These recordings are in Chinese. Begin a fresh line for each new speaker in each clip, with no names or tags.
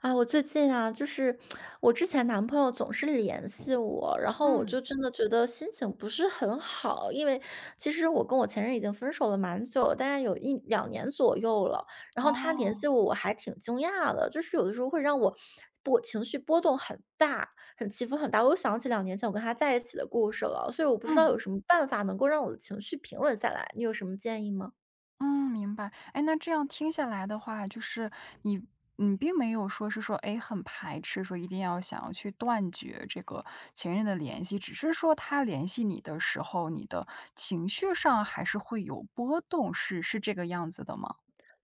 啊，我最近啊，就是我之前男朋友总是联系我，然后我
嗯，
就真的觉得心情不是很好，因为其实我跟我前任已经分手了蛮久了大概有一两年左右了。然后他联系
哦，
我，我还挺惊讶的，就是有的时候会让我情绪波动很大，很起伏很大。我又想起2年前我跟他在一起的故事了，所以我不知
嗯，
道有什么办法能够让我的情绪平稳下来，你有什么建议吗？
嗯，明白。哎，那这样听下来的话，就是你你并没有说是说，哎，很排斥，说一定要想要去断绝这个前任的联系，只是说他联系你的时候，你的情绪上还是会有波动，是这个样子的吗？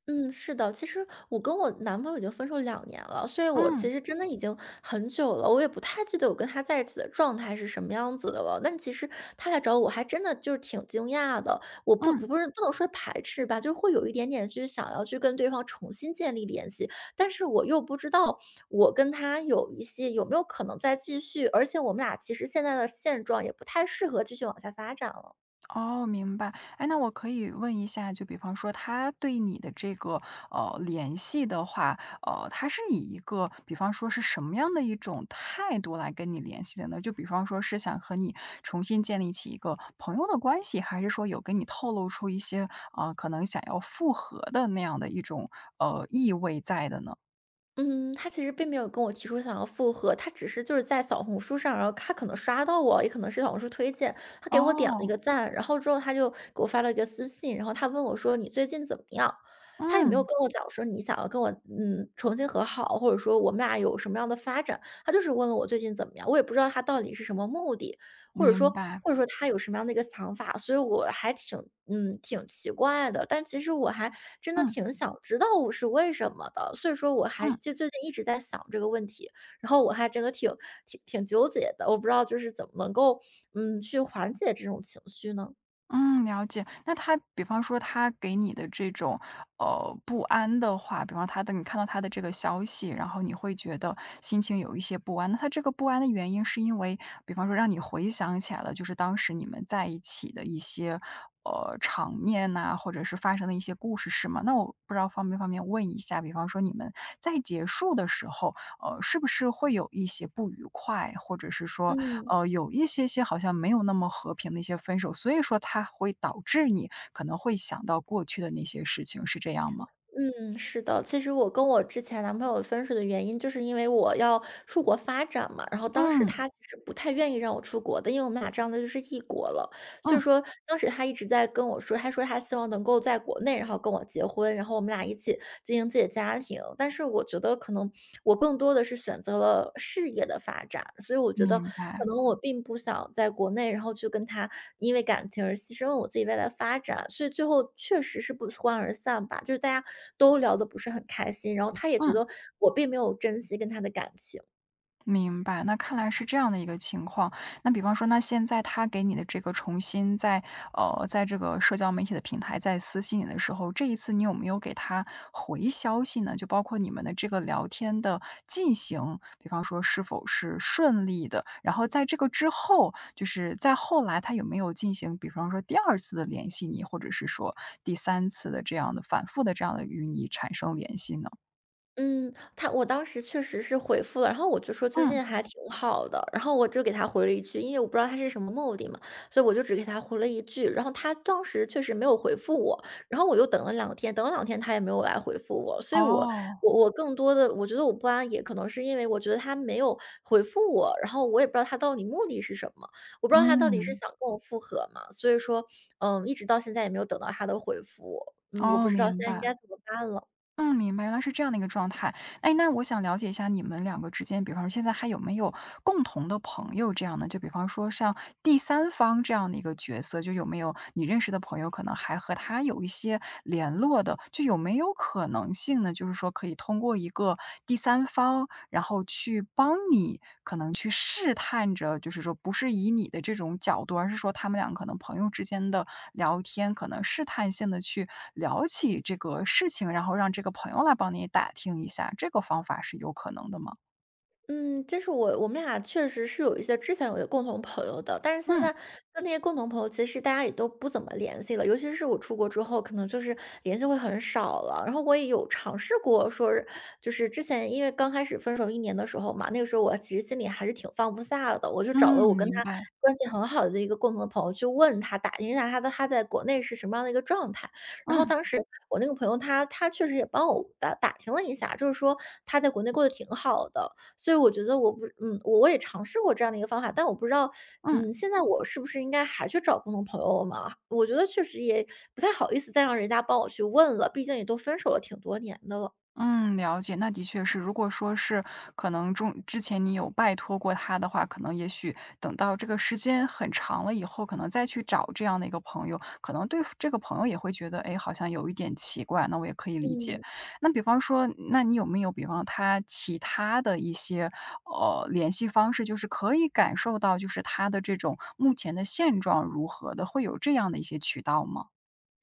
嗯，是的，其实我跟我男朋友已经分手两年了，所以我
嗯，
其实真的已经很久了，我也不太记得我跟他在一起的状态是什么样子的了。但其实他来找我还真的就是挺惊讶的，我不
嗯。
是不能说排斥吧，就会有一点点就是想要去跟对方重新建立联系，但是我又不知道我跟他有一些有没有可能再继续，而且我们俩其实现在的现状也不太适合继续往下发展了。
哦，明白。哎，那我可以问一下，就比方说他对你的这个联系的话，他是以一个比方说是什么样的一种态度来跟你联系的呢？就比方说是想和你重新建立起一个朋友的关系，还是说有跟你透露出一些可能想要复合的那样的一种意味在的呢？
嗯，他其实并没有跟我提出想要复合，他只是就是在小红书上，然后他可能刷到我，也可能是小红书推荐，他给我点了一
哦，
个赞，然后之后他就给我发了一个私信，然后他问我说：“你最近怎么样？”他也没有
嗯，
跟我讲说你想要跟我重新和好，或者说我们俩有什么样的发展，他就是问了我最近怎么样，我也不知道他到底是什么目的。或者
明
说
白，
他有什么样的一个想法，所以我还挺挺奇怪的，但其实我还真的
嗯
挺想知道我是为什么的，所以说我还
嗯。
就最近一直在想这个问题，然后我还真的挺纠结的，我不知道就是怎么能够，去缓解这种情绪呢？
嗯，了解。那他比方说他给你的这种，不安的话，比方他的你看到他的这个消息，然后你会觉得心情有一些不安。那他这个不安的原因是因为，比方说让你回想起来了，就是当时你们在一起的一些，场面呐、或者是发生的一些故事，是吗？那我不知道方不方便问一下，比方说你们在结束的时候，是不是会有一些不愉快，或者是说
嗯，
有一些些好像没有那么和平的一些分手，所以说它会导致你可能会想到过去的那些事情，是这样吗？
嗯，是的，其实我跟我之前男朋友分手的原因，就是因为我要出国发展嘛，然后当时
嗯，
他其实不太愿意让我出国的，因为我们俩这样的就是异国了，所以
嗯，
说当时他一直在跟我说，他说他希望能够在国内，然后跟我结婚，然后我们俩一起经营自己的家庭。但是我觉得可能我更多的是选择了事业的发展，所以我觉得
明白，
可能我并不想在国内，然后去跟他因为感情而牺牲了我自己未来的发展，所以最后确实是不欢而散吧。就是大家都聊得不是很开心，然后他也觉
嗯。
得我并没有珍惜跟他的感情。
明白，那看来是这样的一个情况。那比方说，那现在他给你的这个重新在在这个社交媒体的平台在私信你的时候，这一次你有没有给他回消息呢？就包括你们的这个聊天的进行，比方说是否是顺利的，然后在这个之后，就是在后来他有没有进行，比方说第二次的联系你，或者是说第三次的这样的反复的这样的与你产生联系呢？
嗯，他我当时确实是回复了，然后我就说最
嗯，
近还挺好的，然后我就给他回了一句，因为我不知道他是什么目的嘛，所以我就只给他回了一句，然后他当时确实没有回复我，然后我又等了两天，等了两天他也没有来回复我，所以我
哦，
我我更多的我觉得我不安也可能是因为我觉得他没有回复我，然后我也不知道他到底目的是什么，我不知道他到底是
嗯，
想跟我复合嘛，所以说，嗯，一直到现在也没有等到他的回复，嗯，我不
哦，
知道
明
现在应该
白。
怎么办了。
嗯，明白，原来是这样的一个状态。哎，那我想了解一下你们两个之间，比方说现在还有没有共同的朋友这样的？就比方说像第三方这样的一个角色，就有没有你认识的朋友可能还和他有一些联络的，就有没有可能性呢？就是说可以通过一个第三方，然后去帮你可能去试探着，就是说不是以你的这种角度，而是说他们俩可能朋友之间的聊天，可能试探性的去聊起这个事情，然后让这个朋友来帮你打听一下，这个方法是有可能的吗？
嗯，这是我我们俩确实是有一些之前有一个共同朋友的，但是现
嗯，
在跟那些共同朋友其实大家也都不怎么联系了，尤其是我出国之后，可能就是联系会很少了。然后我也有尝试过说是，就是之前因为刚开始分手1年的时候嘛，那个时候我其实心里还是挺放不下的，我就找了
嗯，
我跟
明
他
白，
关系很好的一个共同的朋友去问他，打听一下他在国内是什么样的一个状态。然后
嗯，
当时我那个朋友他确实也帮我打听了一下，就是说他在国内过得挺好的，所以我觉得我不我也尝试过这样的一个方法，但我不知道，
嗯。
嗯，现在我是不是应该还去找共同朋友嘛？我觉得确实也不太好意思再让人家帮我去问了，毕竟也都分手了挺多年的了。
嗯，了解，那的确是。如果说是可能中之前你有拜托过他的话，可能也许等到这个时间很长了以后，可能再去找这样的一个朋友，可能对这个朋友也会觉得，哎，好像有一点奇怪，那我也可以理解。
嗯。
那比方说，那你有没有比方他其他的一些联系方式，就是可以感受到就是他的这种目前的现状如何的，会有这样的一些渠道吗？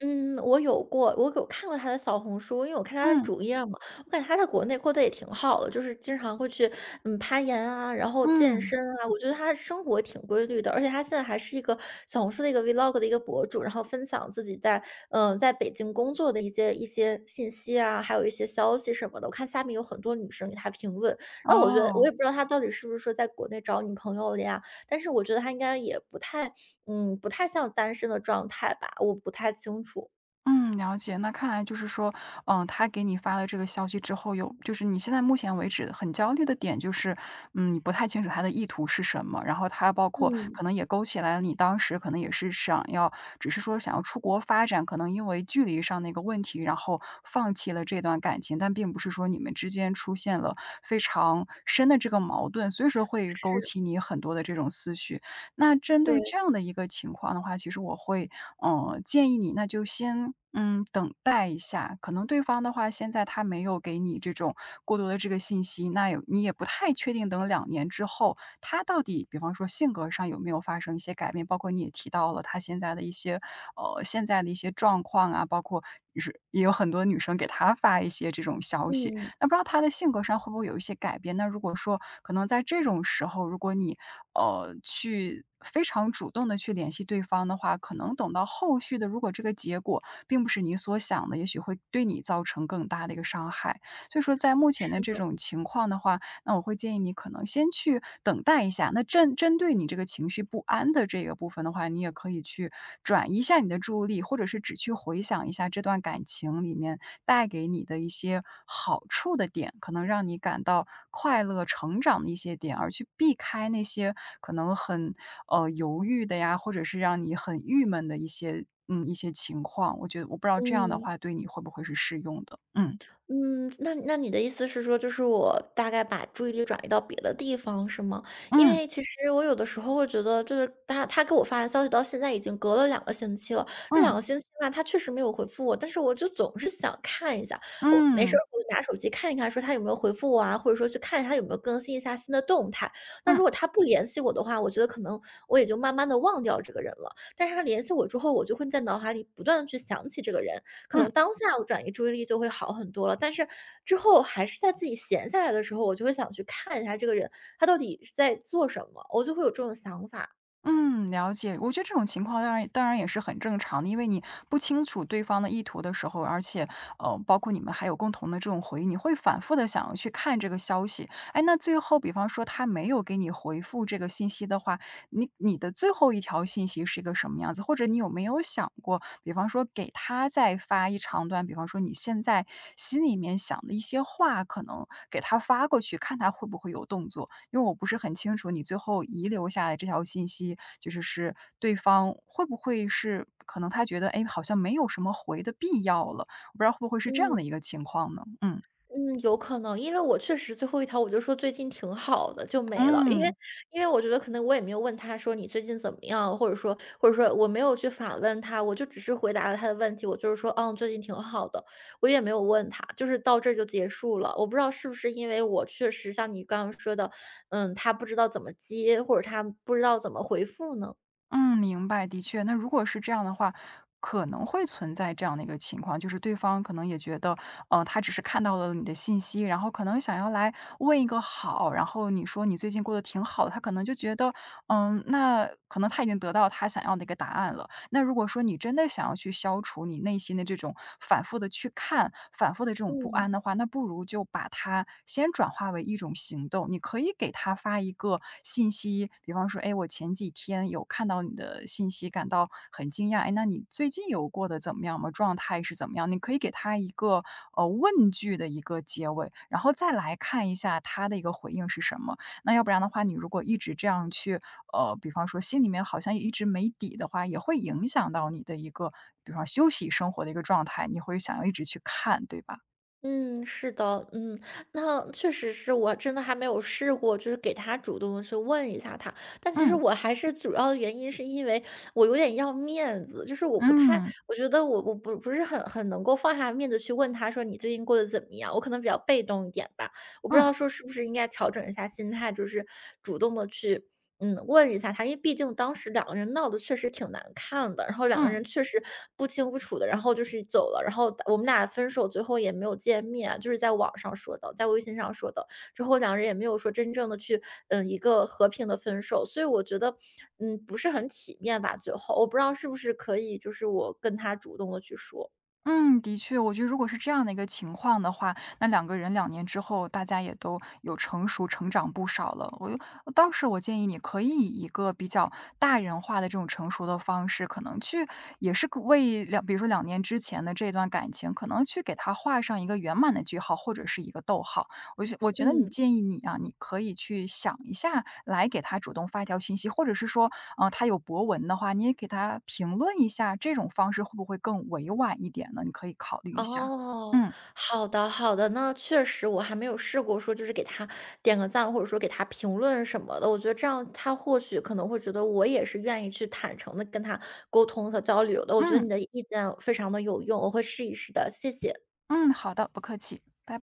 嗯，我有过，我有看过他的小红书，因为我看他的
嗯
主页嘛，我感觉他在国内过得也挺好的，就是经常会去攀岩啊，然后健
嗯，
身啊，我觉得他的生活挺规律的，而且他现在还是一个小红书的一个 vlog 的一个博主，然后分享自己在北京工作的一些信息啊，还有一些消息什么的。我看下面有很多女生给他评论，然后我觉得我
哦。
也不知道他到底是不是说在国内找女朋友了呀，但是我觉得他应该也不太像单身的状态吧，我不太清楚。
嗯，了解。那看来就是说，嗯，他给你发了这个消息之后，有就是你现在目前为止很焦虑的点就是，嗯，你不太清楚他的意图是什么，然后他包括
嗯，
可能也勾起来了你当时可能也是想要，只是说想要出国发展，可能因为距离上的一个问题，然后放弃了这段感情，但并不是说你们之间出现了非常深的这个矛盾，所以说会勾
是，
起你很多的这种思绪。那针
对，
对这样的一个情况的话，其实我会建议你那就先，嗯，等待一下。可能对方的话，现在他没有给你这种过多的这个信息，那有你也不太确定等两年之后，他到底比方说性格上有没有发生一些改变，包括你也提到了他现在的一些现在的一些状况啊，包括是也有很多女生给他发一些这种消息，
嗯，
那不知道他的性格上会不会有一些改变？那如果说可能在这种时候，如果你去非常主动的去联系对方的话，可能等到后续的，如果这个结果并不是你所想的，也许会对你造成更大的一个伤害。所以说在目前的
是
这
的，
种情况的话，那我会建议你可能先去等待一下。那针对你这个情绪不安的这个部分的话，你也可以去转移一下你的注意力，或者是只去回想一下这段感情里面带给你的一些好处的点，可能让你感到快乐、成长的一些点，而去避开那些可能很犹豫的呀，或者是让你很郁闷的一些情况。我觉得我不知道这样的
嗯。
话对你会不会是适用的。嗯
嗯，那你的意思是说，就是我大概把注意力转移到别的地方，是吗？因
嗯
为其实我有的时候会觉得，就是他给我发的消息到现在已经隔了两个星期了，这两
嗯
个星期吧，他确实没有回复我，但是我就总是想看一下，我没事
嗯
儿我就拿手机看一看，说他有没有回复我啊，或者说去看一下他有没有更新一下新的动态。那如
嗯
果他不联系我的话，我觉得可能我也就慢慢的忘掉这个人了。但是他联系我之后，我就会在脑海里不断的去想起这个人，可
嗯。
能当下我转移注意力就会好很多了，但是之后还是在自己闲下来的时候，我就会想去看一下这个人，他到底是在做什么，我就会有这种想法。
嗯，了解。我觉得这种情况当然当然也是很正常的，因为你不清楚对方的意图的时候，而且包括你们还有共同的这种回忆，你会反复的想要去看这个消息。哎，那最后比方说他没有给你回复这个信息的话，你的最后一条信息是一个什么样子？或者你有没有想过，比方说给他再发一长段，比方说你现在心里面想的一些话，可能给他发过去，看他会不会有动作？因为我不是很清楚你最后遗留下来这条信息，就是是对方会不会是可能他觉得，哎，好像没有什么回的必要了，我不知道会不会是这样
嗯。
的一个情况呢？嗯
嗯，有可能，因为我确实最后一条我就说最近挺好的，就没了。因为
嗯。
因为我觉得可能我也没有问他说你最近怎么样，或者说我没有去反问他，我就只是回答了他的问题，我就是说，嗯，最近挺好的，我也没有问他，就是到这儿就结束了。我不知道是不是因为我确实像你刚刚说的，嗯，他不知道怎么接，或者他不知道怎么回复呢？
嗯，明白，的确。那如果是这样的话，可能会存在这样的一个情况，就是对方可能也觉得，他只是看到了你的信息，然后可能想要来问一个好，然后你说你最近过得挺好的，他可能就觉得，嗯，那可能他已经得到他想要的一个答案了。那如果说你真的想要去消除你内心的这种反复的去看、反复的这种不
嗯。
安的话，那不如就把它先转化为一种行动。你可以给他发一个信息，比方说："哎，我前几天有看到你的信息，感到很惊讶。哎，那你最近有过得怎么样吗？状态是怎么样？"你可以给他一个，问句的一个结尾，然后再来看一下他的一个回应是什么。那要不然的话，你如果一直这样去比方说心里面好像一直没底的话，也会影响到你的一个，比方休息生活的一个状态，你会想要一直去看，对吧？
嗯，是的，嗯，那确实是我真的还没有试过，就是给他主动的去问一下他。但其实
嗯，
我还是主要的原因是因为我有点要面子，就是我不太，
嗯，
我觉得我不是很能够放下面子去问他说你最近过得怎么样，我可能比较被动一点吧。我不知
嗯，
道说是不是应该调整一下心态，就是主动的去问一下他，因为毕竟当时两个人闹得确实挺难看的，然后两个
嗯。
人确实不清不楚的，然后就是走了，然后我们俩分手，最后也没有见面，就是在网上说的，在微信上说的，之后两人也没有说真正的去，嗯，一个和平的分手，所以我觉得，嗯，不是很体面吧，最后我不知道是不是可以，就是我跟他主动的去说，
嗯，的确，我觉得如果是这样的一个情况的话，那两个人两年之后，大家也都有成熟成长不少了。倒是我建议你可以以一个比较大人化的这种成熟的方式，可能去也是个为两比如说两年之前的这段感情，可能去给他画上一个圆满的句号，或者是一个逗号。我觉得
嗯。
建议你啊，你可以去想一下，来给他主动发一条信息，或者是说他有博文的话，你也给他评论一下，这种方式会不会更委婉一点呢？你可以考虑一下。
哦，
嗯，
好的好的，那确实我还没有试过说就是给他点个赞，或者说给他评论什么的。我觉得这样他或许可能会觉得我也是愿意去坦诚的跟他沟通和交流的。我觉得你
嗯，
的意见非常的有用，我会试一试的，谢谢。
嗯，好的，不客气，拜。